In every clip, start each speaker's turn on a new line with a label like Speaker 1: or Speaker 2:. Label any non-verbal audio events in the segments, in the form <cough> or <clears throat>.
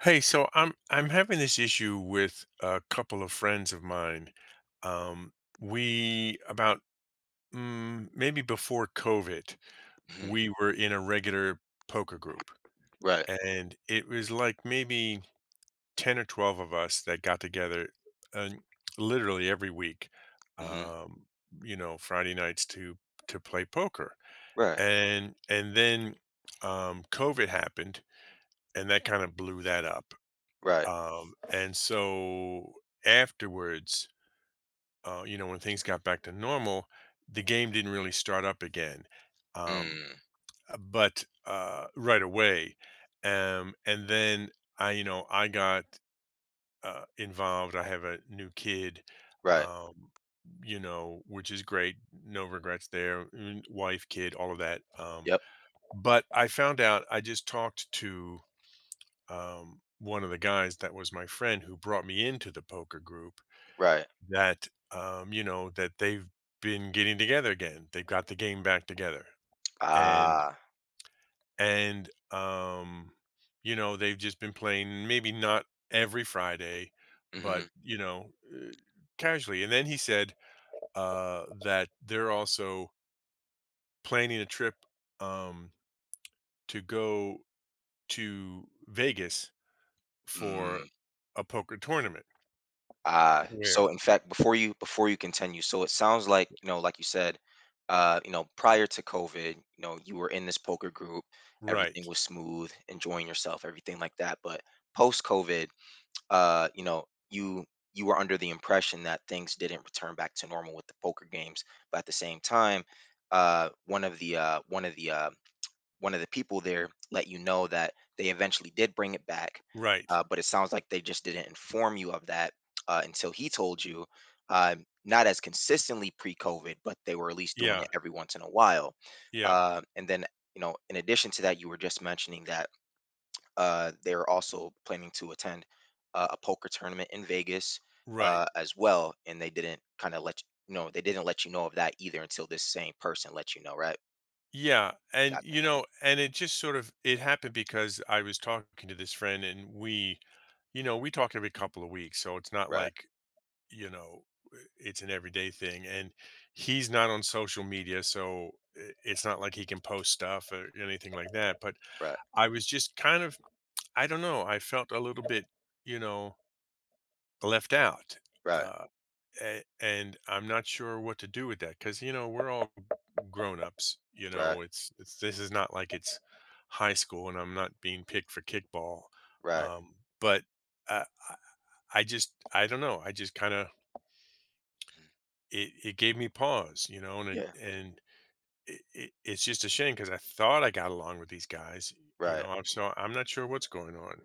Speaker 1: Hey, so I'm having this issue with a couple of friends of mine. Um, we about maybe before COVID,
Speaker 2: Mhm.
Speaker 1: we were in a regular poker group,
Speaker 2: Right.
Speaker 1: and it was like maybe 10 or 12 of us that got together uh, literally every week,
Speaker 2: Mhm.
Speaker 1: um, Friday nights to play poker.
Speaker 2: Right.
Speaker 1: And then COVID happened, and that kind of blew that up.
Speaker 2: Right.
Speaker 1: And so afterwards, when things got back to normal, the game didn't really start up again, um,
Speaker 2: Mm.
Speaker 1: but right away. And then I got involved. I have a new kid,
Speaker 2: Right.
Speaker 1: um, which is great. No regrets there. Wife, kid, all of that.
Speaker 2: Yep.
Speaker 1: But I found out, I just talked to one of the guys that was my friend who brought me into the poker group,
Speaker 2: Right.
Speaker 1: that you know that they've been getting together again. They've got the game back together, and
Speaker 2: Ah.
Speaker 1: and they've just been playing, maybe not every Friday, but
Speaker 2: Mhm.
Speaker 1: casually. And then he said that they're also planning a trip um, to go to Vegas for
Speaker 2: Mm.
Speaker 1: a poker tournament.
Speaker 2: Ah.
Speaker 1: Where
Speaker 2: So in fact, before you continue, so it sounds like, you know, like you said, you know, prior to COVID, you know, you were in this poker group, everything
Speaker 1: Right.
Speaker 2: was smooth, enjoying yourself, everything like that. But post COVID, you know, you were under the impression that things didn't return back to normal with the poker games, but at the same time, one of the one of the one of the people there let you know that they eventually did bring it back,
Speaker 1: Right.
Speaker 2: but it sounds like they just didn't inform you of that until he told you. Not as consistently pre-COVID, but they were at least doing
Speaker 1: Yeah.
Speaker 2: it every once in a while.
Speaker 1: Yeah.
Speaker 2: And then, you know, in addition to that, you were just mentioning that they're also planning to attend a poker tournament in Vegas
Speaker 1: Right.
Speaker 2: as well, and they didn't kind of let you know they didn't let you know of that either until this same person let you know, right?
Speaker 1: Yeah. And
Speaker 2: Gotcha.
Speaker 1: you know, and it just, sort of, it happened because I was talking to this friend, and we talk every couple of weeks. So it's not
Speaker 2: Right,
Speaker 1: like, you know, it's an everyday thing. And he's not on social media, so it's not like he can post stuff or anything like that. But
Speaker 2: right,
Speaker 1: I was just kind of, I don't know, I felt a little bit, you know, left out.
Speaker 2: right.
Speaker 1: Uh, and I'm not sure what to do with that, because, we're all grown-ups. You
Speaker 2: Right,
Speaker 1: know it's This is not like it's high school and I'm not being picked for kickball.
Speaker 2: right.
Speaker 1: Um but uh, i I just, I don't know, I just kind of
Speaker 2: Mhm.
Speaker 1: it, it gave me pause, and
Speaker 2: Yeah.
Speaker 1: it,
Speaker 2: Yeah,
Speaker 1: and it, it, it's just a shame because I thought I got along with these guys you
Speaker 2: right.
Speaker 1: know I'm so I'm not sure what's going on.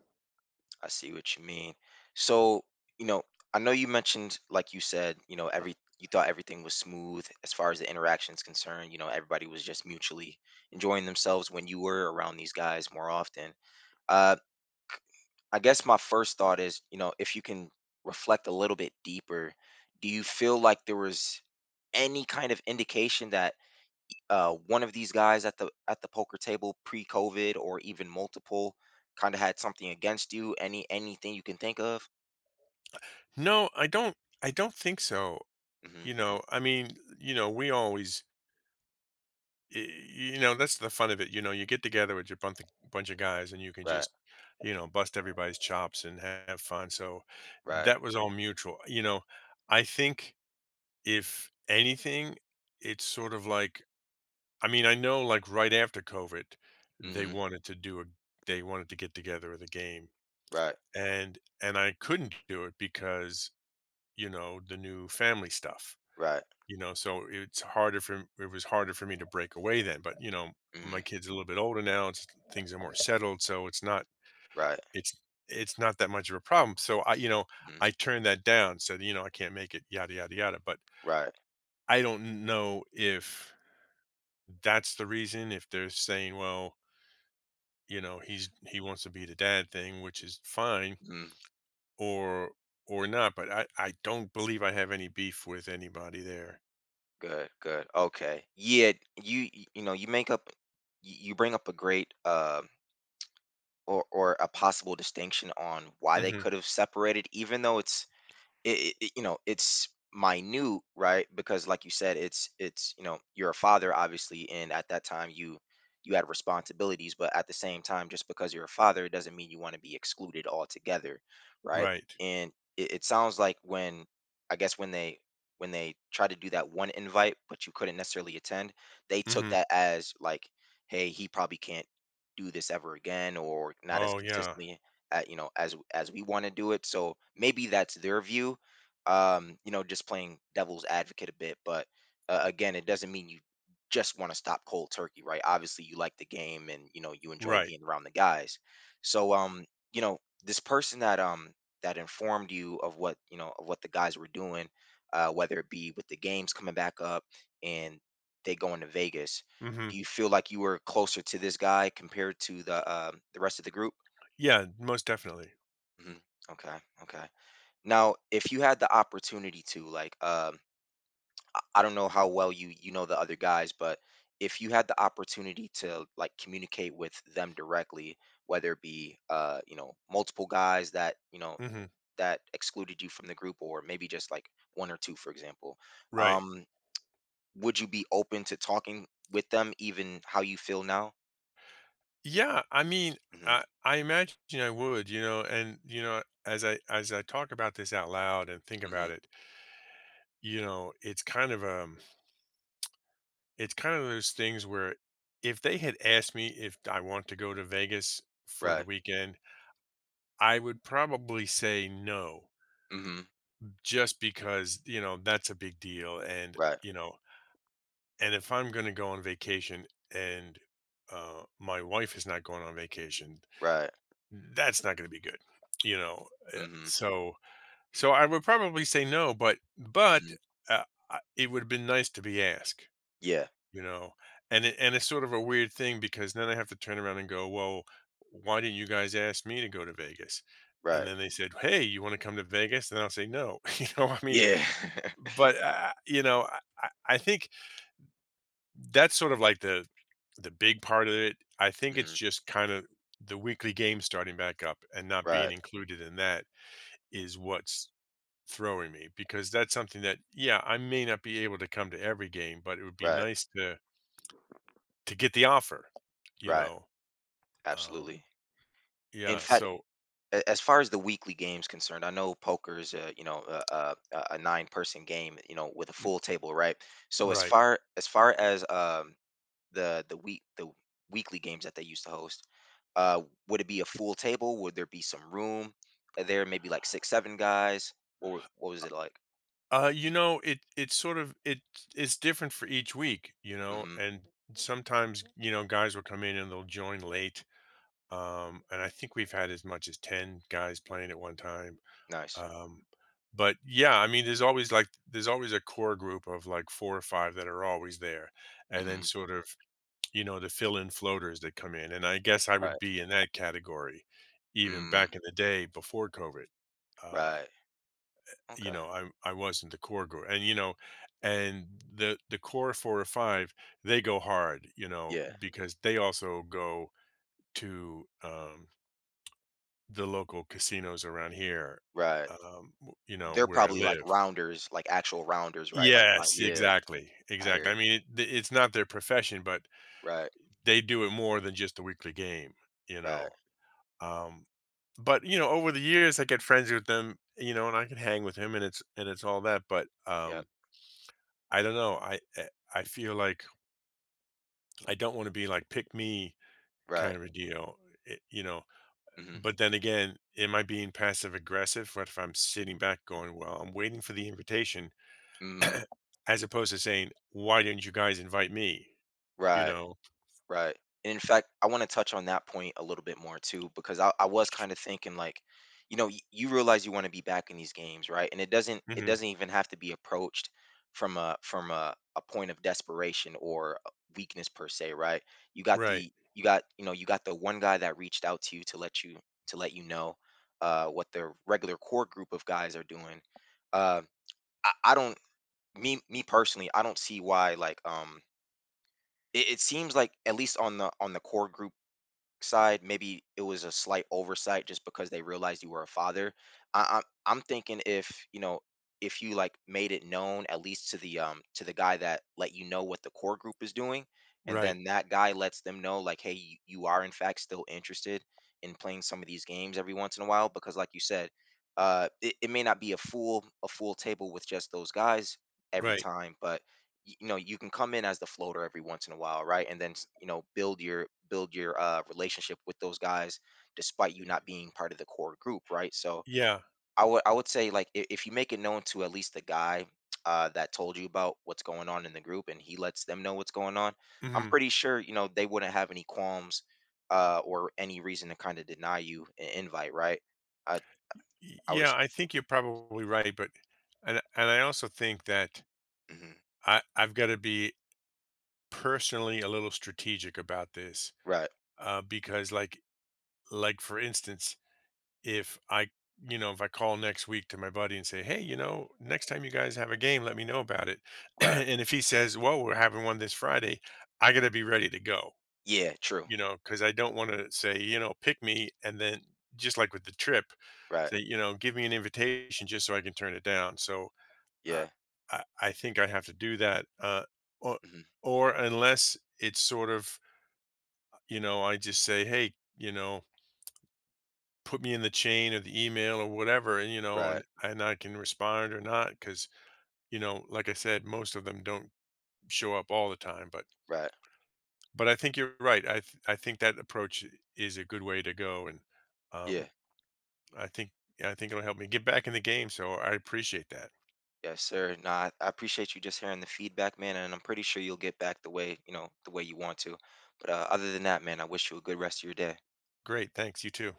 Speaker 2: I see what you mean. So, you know, I know you mentioned, like you said, you know, every you thought everything was smooth as far as the interactions concerned. You know, everybody was just mutually enjoying themselves when you were around these guys more often. Uh, I guess my first thought is, you know, if you can reflect a little bit deeper, do you feel like there was any kind of indication that one of these guys at the poker table pre-COVID or even multiple kind of had something against you? Anything you can think of?
Speaker 1: No, I don't think so.
Speaker 2: Hmm.
Speaker 1: I mean, you know we always y- you know that's the fun of it. You get together with your bunch of guys and you can
Speaker 2: Right,
Speaker 1: just bust everybody's chops and have fun. So
Speaker 2: right.
Speaker 1: that was all mutual. I think, if anything, it's sort of like, I mean, I know, like, right after COVID, they
Speaker 2: Hmm.
Speaker 1: wanted to do a they wanted to get together with a game,
Speaker 2: Right,
Speaker 1: and I couldn't do it because, the new family stuff
Speaker 2: right.
Speaker 1: you know so it was harder for me to break away then, but my
Speaker 2: Hmm.
Speaker 1: kid's a little bit older now. Things are more settled, so
Speaker 2: Right,
Speaker 1: it's it's not that much of a problem. So I you know
Speaker 2: hmm,
Speaker 1: I turned that down, said I can't make it, yada yada yada. But
Speaker 2: right.
Speaker 1: I don't know if that's the reason, if they're saying, "Well, he wants to be the dad thing," which is fine.
Speaker 2: Hmm.
Speaker 1: Or or not. But I don't believe I have any beef with anybody there.
Speaker 2: Good, good. Okay. Yeah, you know you make up you bring up a great or a possible distinction on why they could
Speaker 1: Hmm.
Speaker 2: have separated, even though it's it, it you know it's minute, right? Because like you said, it's you know, you're a father obviously, and at that time you you had responsibilities, but at the same time, just because you're a father, it doesn't mean you want to be excluded altogether, right?
Speaker 1: Right.
Speaker 2: And it sounds like when when they tried to do that one invite but you couldn't necessarily attend, they took that
Speaker 1: Hmm.
Speaker 2: as like, hey, he probably can't do this ever again or not as
Speaker 1: Oh, yeah.
Speaker 2: consistently, you know, as we want to do it. So maybe that's their view. Um, you know, just playing devil's advocate a bit, but again, it doesn't mean you just want to stop cold turkey, right? Obviously you like the game and you know you enjoy
Speaker 1: Right.
Speaker 2: being around the guys, so um, you know, this person that that informed you of what you know of what the guys were doing, uh, whether it be with the games coming back up and they going to Vegas,
Speaker 1: Mhm.
Speaker 2: do you feel like you were closer to this guy compared to the rest of the group?
Speaker 1: Yeah, most definitely.
Speaker 2: Mhm. Okay. Okay. Now, if you had the opportunity to, like, I don't know how well you know the other guys, but if you had the opportunity to like communicate with them directly, whether it be you know, multiple guys that you know
Speaker 1: Mhm.
Speaker 2: that excluded you from the group, or maybe just like one or two, for example,
Speaker 1: Right.
Speaker 2: um, would you be open to talking with them, even how you feel now?
Speaker 1: Yeah, I mean,
Speaker 2: Mm-hmm.
Speaker 1: I imagine I would, you know, and you know, as I talk about this out loud and think
Speaker 2: Mm-hmm.
Speaker 1: about it, it's kind of, those things where, if they had asked me if I want to go to Vegas for the
Speaker 2: Right.
Speaker 1: weekend, I would probably say no,
Speaker 2: Mm-hmm.
Speaker 1: just because, that's a big deal, and,
Speaker 2: Right.
Speaker 1: you know, and if I'm going to go on vacation and my wife is not going on vacation,
Speaker 2: Right.
Speaker 1: that's not going to be good, you know uh,
Speaker 2: Mm-hmm.
Speaker 1: so so I would probably say no. But
Speaker 2: Mm-hmm.
Speaker 1: uh, it would have been nice to be asked,
Speaker 2: Yeah.
Speaker 1: you know and it's sort of a weird thing, because then I have to turn around and go, "Well, why didn't you guys ask me to go to Vegas?" And
Speaker 2: Right.
Speaker 1: then they said, "Hey, you want to come to Vegas?" And I'll say no. <laughs> I mean,
Speaker 2: Yeah. <laughs>
Speaker 1: but I think that's sort of like the big part of it. I think it's
Speaker 2: Mhm.
Speaker 1: just kind of the weekly game starting back up and not
Speaker 2: Right,
Speaker 1: being included in that is what's throwing me, because that's something that, yeah, I may not be able to come to every game, but it would be
Speaker 2: right,
Speaker 1: nice to get the offer. you
Speaker 2: right.
Speaker 1: know um
Speaker 2: Absolutely. In
Speaker 1: yeah.
Speaker 2: fact,
Speaker 1: So.
Speaker 2: as far as the weekly game's concerned, I know poker is a, you know, a nine-person game, you know, with a
Speaker 1: Mm.
Speaker 2: full table, right? So
Speaker 1: Right.
Speaker 2: as far as um, the weekly games that they used to host, uh, would it be a full table? Would there be some room? Are there maybe like six, seven guys? What was it like?
Speaker 1: It's sort of, it's different for each week,
Speaker 2: Mm-hmm.
Speaker 1: and sometimes, guys will come in and they'll join late, and I think we've had as much as 10 guys playing at one time.
Speaker 2: Nice.
Speaker 1: Um, but yeah, I mean, there's always like there's always a core group of like four or five that are always there, and then,
Speaker 2: Mm-hmm.
Speaker 1: sort of, the fill-in floaters that come in, and I guess I would
Speaker 2: Right.
Speaker 1: be in that category, even
Speaker 2: Mm,
Speaker 1: back in the day before COVID. Uh,
Speaker 2: right.
Speaker 1: you
Speaker 2: Okay.
Speaker 1: know, I I was not the core group, and the core four or five, they go hard,
Speaker 2: Yeah.
Speaker 1: because they also go to the local casinos around here,
Speaker 2: Right. They're
Speaker 1: where I
Speaker 2: probably like
Speaker 1: live.
Speaker 2: rounders, like actual rounders, right? Like,
Speaker 1: Yes,
Speaker 2: yeah,
Speaker 1: exactly,
Speaker 2: I hear
Speaker 1: exactly.
Speaker 2: it.
Speaker 1: I mean, it's not their profession, but
Speaker 2: Right,
Speaker 1: they do it more than just a weekly game, you
Speaker 2: right,
Speaker 1: know? Um, but over the years, I get friends with them, and I can hang with him, and it's all that, but,
Speaker 2: yep,
Speaker 1: I don't know, I feel like I don't wanna be like, "Pick me,"
Speaker 2: right.
Speaker 1: kind of a deal. You know?
Speaker 2: Hmm.
Speaker 1: But then again, am I being passive aggressive? What if I'm sitting back going, "Well, I'm waiting for the invitation,"
Speaker 2: Hmm.
Speaker 1: <clears throat> as opposed to saying, "Why didn't you guys invite me?" You
Speaker 2: Right.
Speaker 1: know?
Speaker 2: Right. And in fact, I want to touch on that point a little bit more too, because I was kind of thinking like, you know, you realize you want to be back in these games, right? And it
Speaker 1: Mhm.
Speaker 2: doesn't even have to be approached from a a point of desperation or a weakness per se, right? You got
Speaker 1: Right,
Speaker 2: the you got the one guy that reached out to you to let you know what the regular core group of guys are doing. Uh, I don't me personally, I don't see why like um, it seems like at least on the core group side, maybe it was a slight oversight just because they realized you were a father. I I'm thinking, if you know, if you like made it known at least to the guy that let you know what the core group is doing, and
Speaker 1: right,
Speaker 2: then that guy lets them know like, hey, you are in fact still interested in playing some of these games every once in a while because, like you said, it may not be a full table with just those guys every
Speaker 1: right.
Speaker 2: time, but you know you can come in as the floater every once in a while, right? And then you know, build your uh, relationship with those guys despite you not being part of the core group, right? So
Speaker 1: Yeah,
Speaker 2: I would say, like, if you make it known to at least the guy uh, that told you about what's going on in the group, and he lets them know what's going on, I'm
Speaker 1: mhm.
Speaker 2: pretty sure, you know, they wouldn't have any qualms or any reason to kind of deny you an invite, right? i I would
Speaker 1: Yeah,
Speaker 2: assume.
Speaker 1: I think you're probably right, but and I also think that
Speaker 2: Hmm.
Speaker 1: I've gotta be personally a little strategic about this,
Speaker 2: Right,
Speaker 1: because, like, for instance, if I call next week to my buddy and say, "Hey, you know, next time you guys have a game, let me know about it." <clears throat>
Speaker 2: right.
Speaker 1: And if he says, "Well, we're having one this Friday," I gotta be ready to go.
Speaker 2: Yeah, true.
Speaker 1: Because I don't wanna say, "Pick me," and then, just like with the trip,
Speaker 2: Right.
Speaker 1: say, "Give me an invitation just so I can turn it down." So, uh,
Speaker 2: Yeah.
Speaker 1: I think I have to do that, or
Speaker 2: Hmm.
Speaker 1: or unless it's sort of, I just say, "Hey," "put me in the chain or the email or whatever," and, you know,
Speaker 2: Right,
Speaker 1: and I can respond or not, because, like I said, most of them don't show up all the time. but
Speaker 2: right.
Speaker 1: but I think you're right. I think that approach is a good way to go, and,
Speaker 2: Yeah.
Speaker 1: um I think yeah, I think it'll help me get back in the game, so I appreciate that.
Speaker 2: Yes, sir. No, I appreciate you just hearing the feedback, man, and I'm pretty sure you'll get back the way, you know, the way you want to. But other than that, man, I wish you a good rest of your day.
Speaker 1: Great, thanks. You too.